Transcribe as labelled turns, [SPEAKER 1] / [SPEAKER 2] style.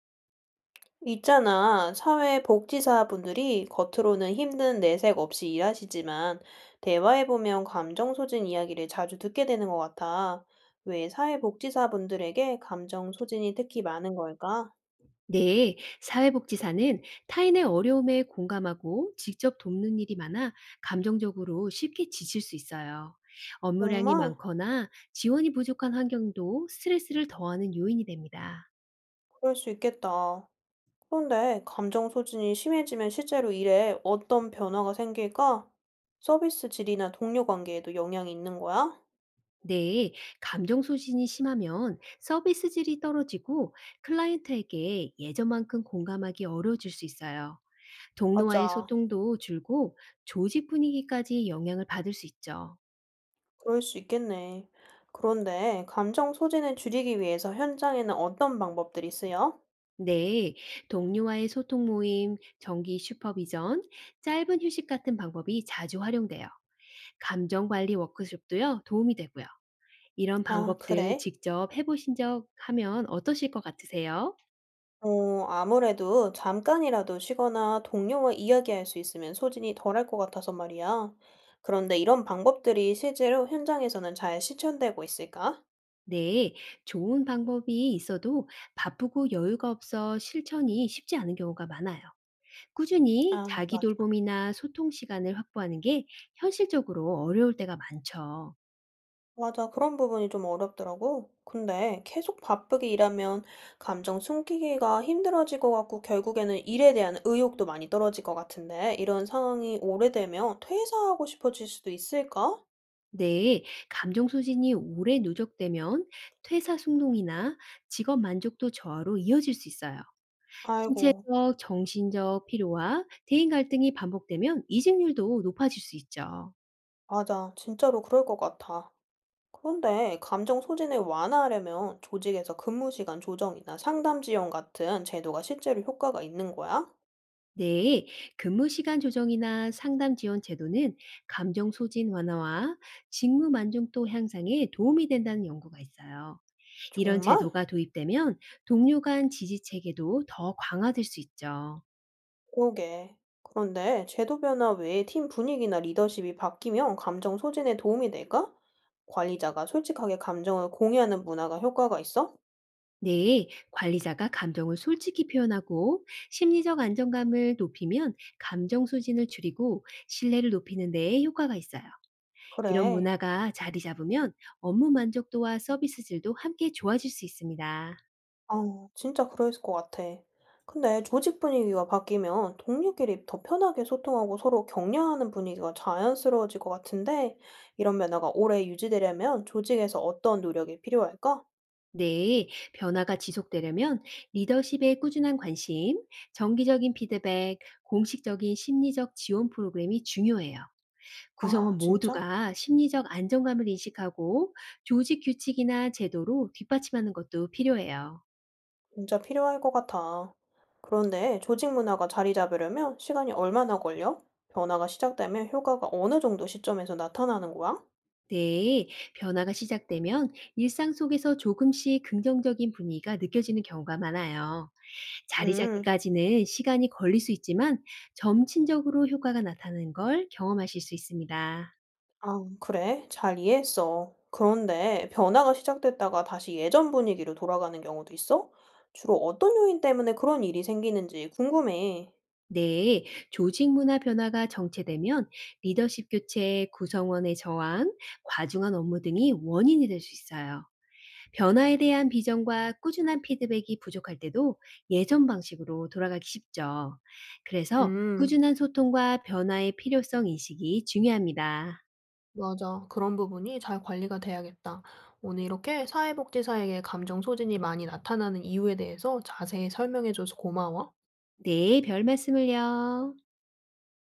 [SPEAKER 1] 있잖아. 사회복지사분들이 겉으로는 힘든 내색 없이 일하시지만, 대화해보면 감정 소진 이야기를 자주 듣게 되는 것 같아. 왜 사회복지사분들에게 감정 소진이 특히 많은 걸까?
[SPEAKER 2] 네, 사회복지사는 타인의 어려움에 공감하고 직접 돕는 일이 많아 감정적으로 쉽게 지칠 수 있어요. 업무량이
[SPEAKER 1] 정말?
[SPEAKER 2] 많거나 지원이 부족한 환경도 스트레스를 더하는 요인이 됩니다.
[SPEAKER 1] 그럴 수 있겠다. 그런데 감정 소진이 심해지면 실제로 일에 어떤 변화가 생길까? 서비스 질이나 동료 관계에도 영향이 있는 거야?
[SPEAKER 2] 네, 감정 소진이 심하면 서비스 질이 떨어지고 클라이언트에게 예전만큼 공감하기 어려워질 수 있어요. 동료와의
[SPEAKER 1] 맞아.
[SPEAKER 2] 소통도 줄고 조직 분위기까지 영향을 받을 수 있죠.
[SPEAKER 1] 그럴 수 있겠네. 그런데 감정 소진을 줄이기 위해서 현장에는 어떤 방법들이 쓰여?
[SPEAKER 2] 네, 동료와의 소통 모임, 정기 슈퍼비전, 짧은 휴식 같은 방법이 자주 활용돼요. 감정 관리 워크숍도요, 도움이 되고요. 이런
[SPEAKER 1] 아,
[SPEAKER 2] 방법들
[SPEAKER 1] 그래?
[SPEAKER 2] 직접 해보신 적 하면 어떠실 것 같으세요?
[SPEAKER 1] 아무래도 잠깐이라도 쉬거나 동료와 이야기할 수 있으면 소진이 덜할 것 같아서 말이야. 그런데 이런 방법들이 실제로 현장에서는 잘 실천되고 있을까?
[SPEAKER 2] 네, 좋은 방법이 있어도 바쁘고 여유가 없어 실천이 쉽지 않은 경우가 많아요. 꾸준히
[SPEAKER 1] 아,
[SPEAKER 2] 자기
[SPEAKER 1] 맞아.
[SPEAKER 2] 돌봄이나 소통 시간을 확보하는 게 현실적으로 어려울 때가 많죠.
[SPEAKER 1] 맞아. 그런 부분이 좀 어렵더라고. 근데 계속 바쁘게 일하면 감정 숨기기가 힘들어질 것 같고 결국에는 일에 대한 의욕도 많이 떨어질 것 같은데 이런 상황이 오래되면 퇴사하고 싶어질 수도 있을까?
[SPEAKER 2] 네, 감정 소진이 오래 누적되면 퇴사 충동이나 직업 만족도 저하로 이어질 수 있어요.
[SPEAKER 1] 아이고,
[SPEAKER 2] 신체적, 정신적 피로와 대인 갈등이 반복되면 이직률도 높아질 수 있죠.
[SPEAKER 1] 맞아. 진짜로 그럴 것 같아. 그런데 감정 소진을 완화하려면 조직에서 근무 시간 조정이나 상담 지원 같은 제도가 실제로 효과가 있는 거야?
[SPEAKER 2] 네, 근무 시간 조정이나 상담 지원 제도는 감정 소진 완화와 직무 만족도 향상에 도움이 된다는 연구가 있어요. 이런
[SPEAKER 1] 정말?
[SPEAKER 2] 제도가 도입되면 동료 간 지지 체계도 더 강화될 수 있죠.
[SPEAKER 1] 그러게. 그런데 제도 변화 외에 팀 분위기나 리더십이 바뀌면 감정 소진에 도움이 될까? 관리자가 솔직하게 감정을 공유하는 문화가 효과가 있어?
[SPEAKER 2] 네, 관리자가 감정을 솔직히 표현하고 심리적 안정감을 높이면 감정 소진을 줄이고 신뢰를 높이는 데 효과가 있어요. 이런
[SPEAKER 1] 그래.
[SPEAKER 2] 문화가 자리 잡으면 업무 만족도와 서비스 질도 함께 좋아질 수 있습니다.
[SPEAKER 1] 아, 진짜 그럴 것 같아. 근데 조직 분위기가 바뀌면 동료끼리 더 편하게 소통하고 서로 격려하는 분위기가 자연스러워질 것 같은데, 이런 변화가 오래 유지되려면 조직에서 어떤 노력이 필요할까?
[SPEAKER 2] 네, 변화가 지속되려면 리더십에 꾸준한 관심, 정기적인 피드백, 공식적인 심리적 지원 프로그램이 중요해요.
[SPEAKER 1] 아,
[SPEAKER 2] 구성원
[SPEAKER 1] 진짜?
[SPEAKER 2] 모두가 심리적 안정감을 인식하고 조직 규칙이나 제도로 뒷받침하는 것도 필요해요.
[SPEAKER 1] 진짜 필요할 것 같아. 그런데 조직 문화가 자리 잡으려면 시간이 얼마나 걸려? 변화가 시작되면 효과가 어느 정도 시점에서 나타나는 거야?
[SPEAKER 2] 네, 변화가 시작되면 일상 속에서 조금씩 긍정적인 분위기가 느껴지는 경우가 많아요. 자리
[SPEAKER 1] 음,
[SPEAKER 2] 잡기까지는 시간이 걸릴 수 있지만 점진적으로 효과가 나타나는 걸 경험하실 수 있습니다.
[SPEAKER 1] 아, 그래. 잘 이해했어. 그런데 변화가 시작됐다가 다시 예전 분위기로 돌아가는 경우도 있어? 주로 어떤 요인 때문에 그런 일이 생기는지 궁금해.
[SPEAKER 2] 네, 조직 문화 변화가 정체되면 리더십 교체, 구성원의 저항, 과중한 업무 등이 원인이 될 수 있어요. 변화에 대한 비전과 꾸준한 피드백이 부족할 때도 예전 방식으로 돌아가기 쉽죠. 그래서
[SPEAKER 1] 음,
[SPEAKER 2] 꾸준한 소통과 변화의 필요성 인식이 중요합니다.
[SPEAKER 1] 맞아. 그런 부분이 잘 관리가 돼야겠다. 오늘 이렇게 사회복지사에게 감정 소진이 많이 나타나는 이유에 대해서 자세히 설명해줘서 고마워.
[SPEAKER 2] 네, 별 말씀을요.